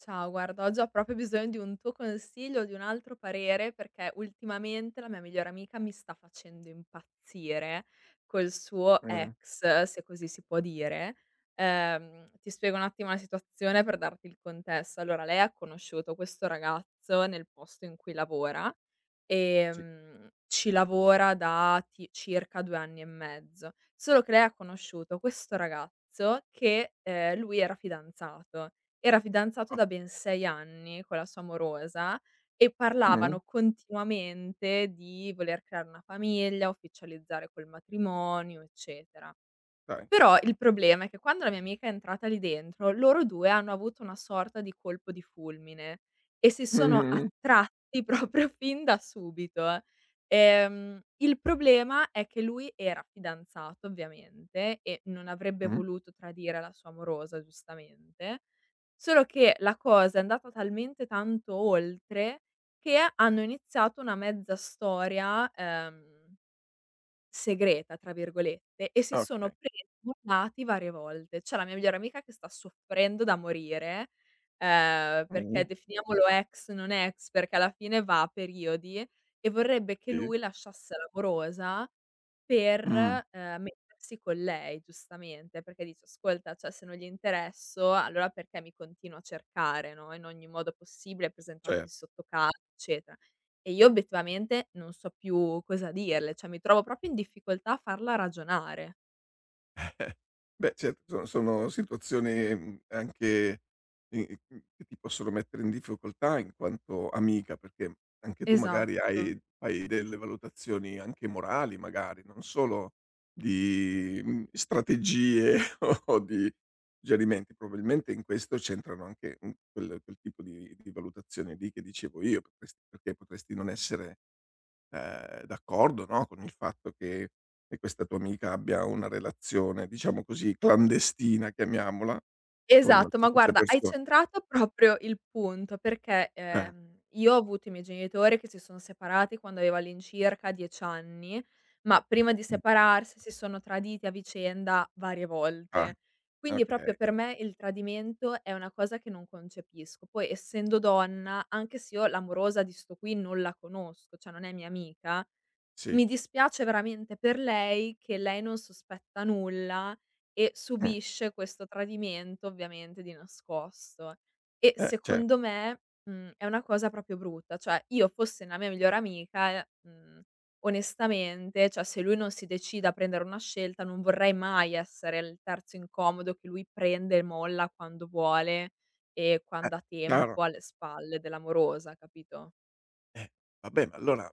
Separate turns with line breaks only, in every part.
Ciao, guarda, oggi ho già proprio bisogno di un tuo consiglio, di un altro parere, perché ultimamente la mia migliore amica mi sta facendo impazzire col suo
Mh.
ex, se così si può dire. Ti spiego un attimo la situazione per darti il contesto. Allora, lei ha conosciuto questo ragazzo nel posto in cui lavora e ci lavora da circa 2 anni e mezzo. Solo che lei ha conosciuto questo ragazzo che lui era fidanzato da ben 6 anni con la sua amorosa e
Mh.
parlavano continuamente di voler creare una famiglia, ufficializzare quel matrimonio, eccetera.
Dai.
Però
Mh.
il problema è che quando la mia amica è entrata lì dentro, loro 2 hanno avuto una sorta di colpo di fulmine e si sono
Mh-mh.
attratti proprio fin da subito. Il problema è che lui era fidanzato ovviamente e non avrebbe
Mh.
voluto tradire la sua amorosa, giustamente, solo che la cosa è andata talmente tanto oltre che hanno iniziato una mezza storia, "segreta" tra virgolette e si sono
Okay.
presi mornati varie volte. C'è la mia migliore amica che sta soffrendo da morire, perché
Mh.
definiamolo ex, non ex, perché alla fine va a periodi e vorrebbe che
Sì.
lui lasciasse l'amorosa
Mh.
per, mettersi con lei giustamente, perché dice: "Ascolta, cioè se non gli interesso allora perché mi continua a cercare, no, in ogni modo possibile presentandosi
Cer
sotto casa, eccetera". E io obiettivamente non so più cosa dirle, cioè mi trovo proprio in difficoltà a farla ragionare.
Beh, certo, sono situazioni, anche che ti possono mettere in difficoltà in quanto amica, perché anche tu magari
Esatto,
hai fai delle valutazioni anche morali, magari, non solo di, strategie o di suggerimenti. Probabilmente in questo c'entrano anche, quel tipo di valutazione lì che dicevo io, potresti perché potresti non essere d'accordo, no, con il fatto che questa tua amica abbia una relazione, diciamo così, clandestina, chiamiamola, con
esatto,
con
ma
queste
guarda hai
persone.
centrato proprio il punto perché,
Eh,
io ho avuto i miei genitori che si sono separati quando avevo all'incirca 10 anni, ma prima di
mh,
separarsi si sono traditi a vicenda varie
ah,
volte. Quindi proprio
okay,
per me il tradimento è una cosa che non concepisco. Poi essendo donna, anche se io l'amorosa di sto qui non la conosco, cioè non è mia amica, mi
sì,
dispiace veramente per lei che lei non sospetta nulla e
mh,
subisce questo tradimento ovviamente di nascosto. E
cer
secondo me, è una cosa proprio brutta. Cioè io fossi la mia migliore amica, onestamente, cioè se lui non si decide a prendere una scelta non vorrei mai essere il terzo incomodo che lui prende e molla quando vuole e
eh,
quando ha
chiaro.
tempo alle spalle dell'amorosa, capito?
Eh, vabbè, ma allora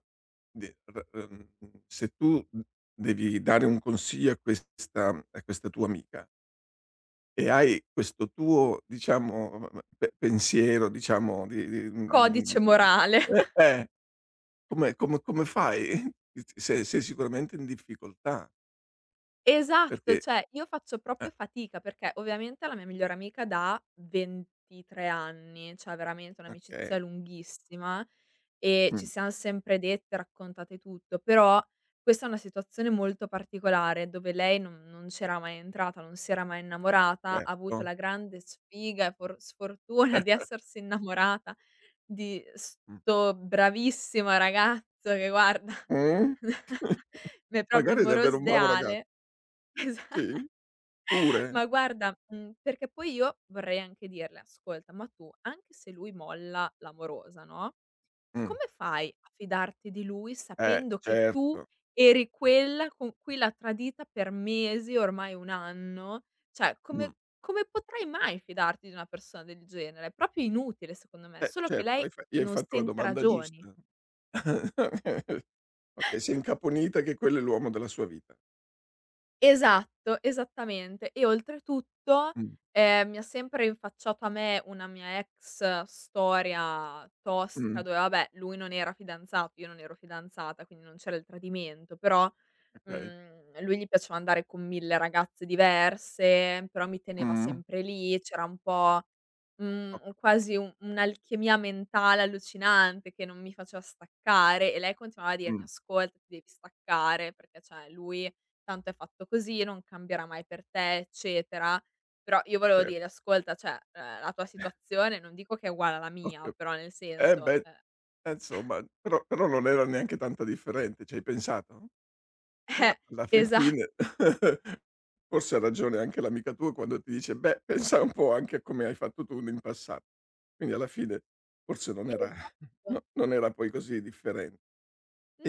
de r se tu, devi dare un consiglio a questa tua amica e hai questo tuo, diciamo, pe pensiero, diciamo, di di
Codice
mhmm,
morale.
eh, eh. Come fai? Sei sicuramente in difficoltà,
Esatto,
perché
cioè io faccio
Eh,
proprio fatica perché ovviamente la mia migliore amica da 23 anni, cioè veramente un'amicizia
okay.
lunghissima e ci
Mh,
siam sempre dette, raccontate tutto, però questa è una situazione molto particolare dove lei non c'era mai entrata, non si era mai innamorata, ha avuto
certo.
la grande sfiga e for sfortuna di
Eh,
essersi innamorata di
mh.
'sto bravissimo ragazzo che guarda,
Mh?
mi è proprio il
Magari è
moroso
davvero un bravo ragazzo.
ideale. Esa
Sì? Pure?
ma guarda, perché poi io vorrei anche dirle: "Ascolta, ma tu anche se lui molla l'amorosa, no,
Mh.
come fai a fidarti di lui sapendo che tu
Certo.
eri quella con cui l'ha tradita per mesi, ormai 1 anno? Cioè, come
Mh.
come potrai mai fidarti di una persona del genere? È proprio inutile secondo me", solo che
Certo,
lei
hai fa gli hai
non
fatto la
sente
domanda
ragioni.
giusta. Okay, si è incaponita che quello è l'uomo della sua vita.
Esatto, esattamente. E oltretutto,
Mh.
mi ha sempre rinfacciato a me una mia ex storia tossica
Mh.
dove, vabbè, lui non era fidanzato, io non ero fidanzata, quindi non c'era il tradimento, però
Okay.
Lui gli piaceva andare con 1000 ragazze diverse, però mi teneva
Mh.
sempre lì, c'era un po',
Ho ca
quasi un'alchimia mentale allucinante che non mi faceva staccare e lei continuava a dirmi:
mh,
"Ascolta, ti devi staccare perché, cioè, lui tanto è fatto così, non cambierà mai per te, eccetera". Però io volevo
certo,
dire: "Ascolta, cioè, la tua situazione non dico che è uguale alla
ho
mia,
cap
però nel
eh
senso"
beh, insomma, però non era neanche tanto differente, ci hai pensato?
eh,
Alla fin fine
esatto,
forse ha ragione anche l'amica tua quando ti dice: "Beh, pensa un po' anche a come hai fatto tu in passato." Quindi alla fine forse non era
esatto.
no non era poi così differen,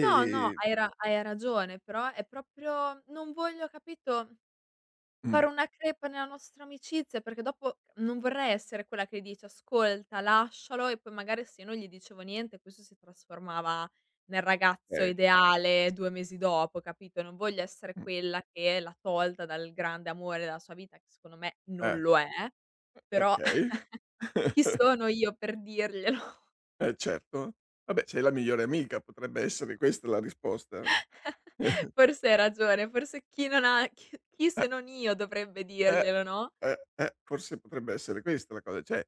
No, no, hai ragione, però è proprio non voglio, capito,
mh,
fare una crepa nella nostra amicizia, perché dopo non vorrei essere quella che dice: "Ascolta, lascialo" e poi magari se io non gli dicevo niente questo si trasformava nel ragazzo
okay,
ideale 2 mesi dopo, capito? Non voglio essere
mh,
quella che l'ha tolta dal grande amore della sua vita, che secondo me non
eh,
lo è, però
okay.
chi sono io per dirglielo?
Certo. Vabbè, sei la migliore amica, potrebbe essere questa la risposta?
Forse hai ragione, forse chi non ha chi chi se
Eh,
non io dovrebbe
eh,
dirglielo, no?
eh, forse potrebbe essere questa la cosa, cioè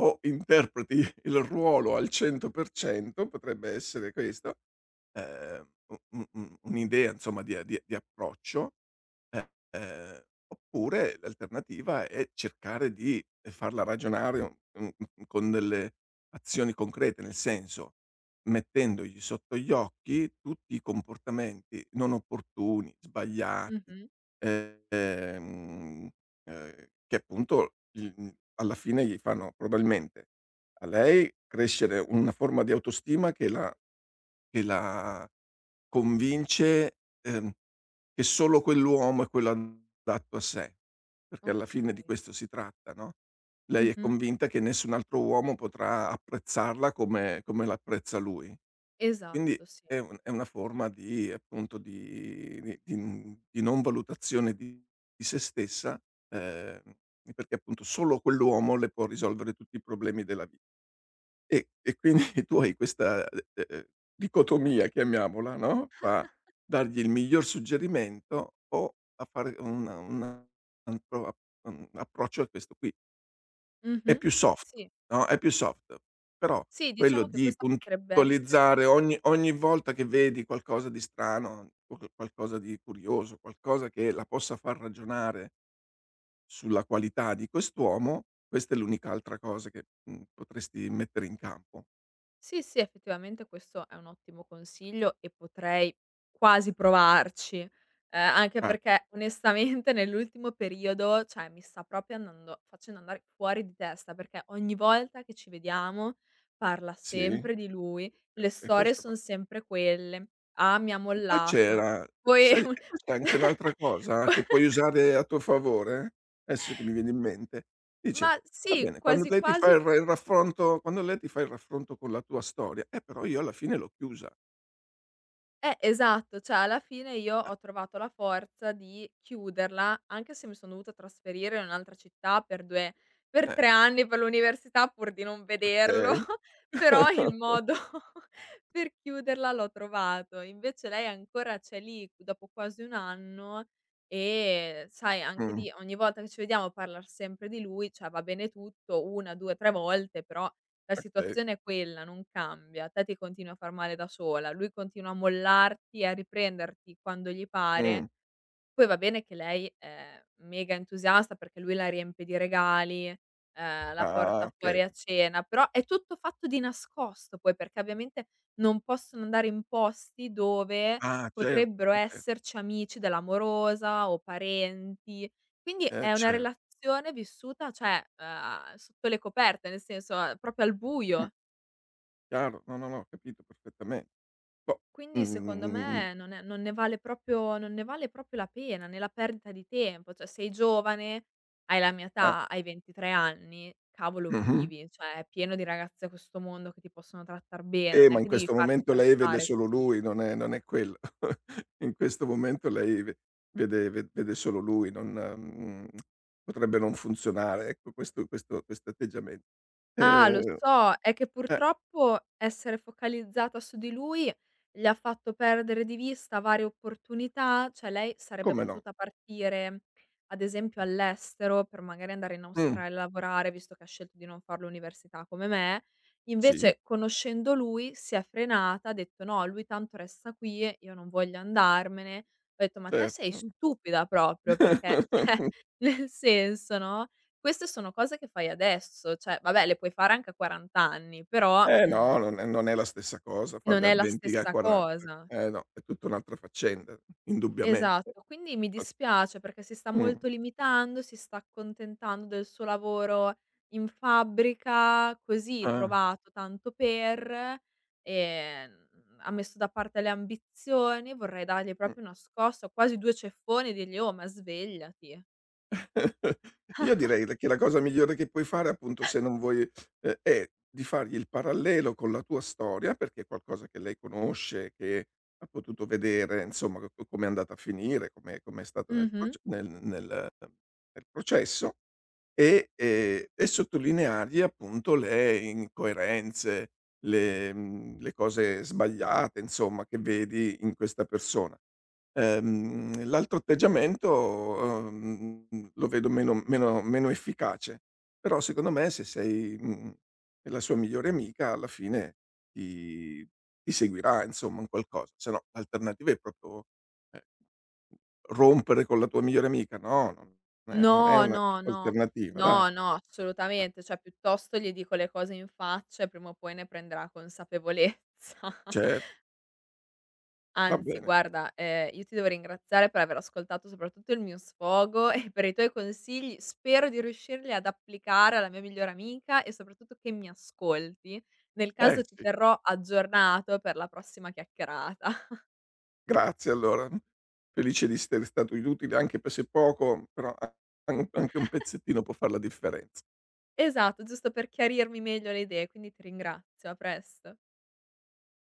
o interpreti il ruolo al 100%, potrebbe essere questo, u u u un'idea insomma di a di di approccio, eh, ehm, oppure l'alternativa è cercare di farla ragionare, con delle azioni concrete, nel senso, mettendogli sotto gli occhi tutti i comportamenti non opportuni, sbagliati,
Mh-mh,
ehm, ehm, che appunto alla fine gli fanno probabilmente a lei crescere una forma di autostima che la convince, che solo quell'uomo è quello adatto a sé, perché alla fine di
okay.
questo si tratta, no, lei è
Mh-mh.
convinta che nessun altro uomo potrà apprezzarla come l'apprezza lui. Quindi
Esatto, sì.
è una forma di appunto di n di non valutazione di se stessa, ehm, perché appunto solo quell'uomo le può risolvere tutti i problemi della vi, e quindi tu hai questa, dicotomia chiamiamola, no, fra dargli il miglior suggerimento o a fare appro un approccio a questo qui. È
Mh-mh.
più soft,
Sì,
no, è più soft, però
sì,
quello
diciamo che
di
questa potrebbe essere.
puntualizzare ogni volta che vedi qualcosa di strano, qualcosa di curioso, qualcosa che la possa far ragionare sulla qualità di quest'uomo, questa è l'unica altra cosa che, potresti mettere in campo.
Sì, sì, effettivamente questo è un ottimo consiglio e potrei quasi provarci, anche
Ah.
perché onestamente nell'ultimo periodo, cioè mi sta proprio andando facendo andare fuori di testa, perché ogni volta che ci vediamo parla
Sì,
sempre di lui, le
e
storie
questo qua.
son sempre quelle: "Ah, mi ha
E poi
mollato".
c'era
Poi
Sai, e questa è anche un'altra cosa che puoi usare a tuo favore, adesso che mi viene in mente, dice:
ma
"Va
sì,
bene,
quasi quasi.
quando lei ti fa il raffronto con la tua storia, però io alla fine l'ho chiusa".
Esatto, cioè alla fine io ho trovato la forza di chiuderla, anche se mi son dovuta trasferire in un'altra città per 2 per 3
Eh,
anni per l'università pur di non vederlo.
okay.
Però il modo per chiuderla l'ho trovato. Invece lei ancora c'è lì dopo quasi 1 anno e sai anche
Mh,
lì ogni volta che ci vediamo parlar sempre di lui, cioè va bene tutto 1, 2, 3 volte, però la
okay.
situazione è quella, non cambia. Te ti continui a far male da sola, lui continua a mollarti e a riprenderti quando gli pare
Mh.
poi va bene che lei è mega entusiasta perché lui la riempie di regali, la
Ah,
porta
okay.
fuori a cena, però è tutto fatto di nascosto poi, perché ovviamente non possono andare in posti dove
Ah, certo,
potrebbero
cer
esserci amici dell'amorosa o parenti. Quindi è una
cer
relazione vissuta, cioè, sotto le coperte, nel senso, proprio al
mh,
buio.
chiaro. No, no, no, ho capito perfettamente. Boh,
Quindi secondo
mhmm,
me non ne vale proprio la pena, né la perdita di tempo. Cioè sei giovane, hai la mia
ah,
età, hai 23 anni, cavolo
mh-mh.
vivi, cioè è pieno di ragazze a questo mondo che ti possono trattar bene, non
Ma
è
in
che devi
questo
farti
momento lei vede
trattare
solo
così.
lui, non è quello. In questo momento lei ve vede solo lui, non mhmm, potrebbe non funzionare, ecco, questo atteggiamen.
Ah, lo
Ehm,
so, è che
eh,
purtroppo essere focalizzata su di lui le ha fatto perdere di vista varie opportunità, cioè lei sarebbe
Come no.
potuta partire, ad esempio, all'estero per magari andare in
Mh,
Australia a lavorare, visto che ha scelto di non far l'università come me.
sì,
Invece, conoscendo lui, si è frenata, ha detto: "No, lui tanto resta qui, io non voglio andarmene". Ho detto: "Ma te
certo.
sei stupida proprio", perché cioè, nel senso, no? Queste sono cose che fai adesso, cioè vabbè le puoi fare anche a 40 anni, però,
Eh no, non è la stessa cosa
non
farle a
è la
20 che a
stessa
40.
cosa.
Eh no, è tutta un'altra faccenda, indubbiamente.
Esatto, quindi mi dispiace perché si sta
Mh,
molto limitando, si sta accontentando del suo lavoro in fabbrica, così
ah.
trovato tanto per, ehm, ha messo da parte le ambizioni, vorrei dargli proprio una scossa, quasi 2 ceffoni e dirgli: "Oh, ma svegliati."
Io direi che la cosa migliore che puoi fare, appunto, se non vuoi è di fargli il parallelo con la tua storia, perché è qualcosa che lei conosce, che ha potuto vedere, insomma, co co com'è andata a finire, com'è stata
Mh-mh.
nel processo e sottolineargli, appunto, le incoerenze, le cose sbagliate, insomma, che vedi in questa persona. L'altro atteggiamento, lo vedo meno efficace, però secondo me se sei, la sua migliore amica alla fine ti ti seguirà insomma in qualcosa, se no l'alternativa è proprio, ehm, rompere con la tua migliore amica, no, non è
No,
una
no,
giusta
no.
alternativa dai.
No, no,
Eh,
assolutamente. Cioè, piuttosto gli dico le cose in faccia e prima o poi ne prenderà consapevolezza.
cer va
Anzi,
bene.
guarda, io ti devo ringraziare per aver ascoltato soprattutto il mio sfogo e per i tuoi consigli. Spero di riuscirli ad applicare alla mia migliore amica e soprattutto che mi ascolti. Nel caso ti
Sì.
terrò aggiornato per la prossima chiacchierata.
Grazie allora. Felice di essere stato di utile anche pe se poco, però a an anche un pezzettino può far la differen
Esatto, giusto per chiarirmi meglio le idee, quindi ti ringrazio. A presto.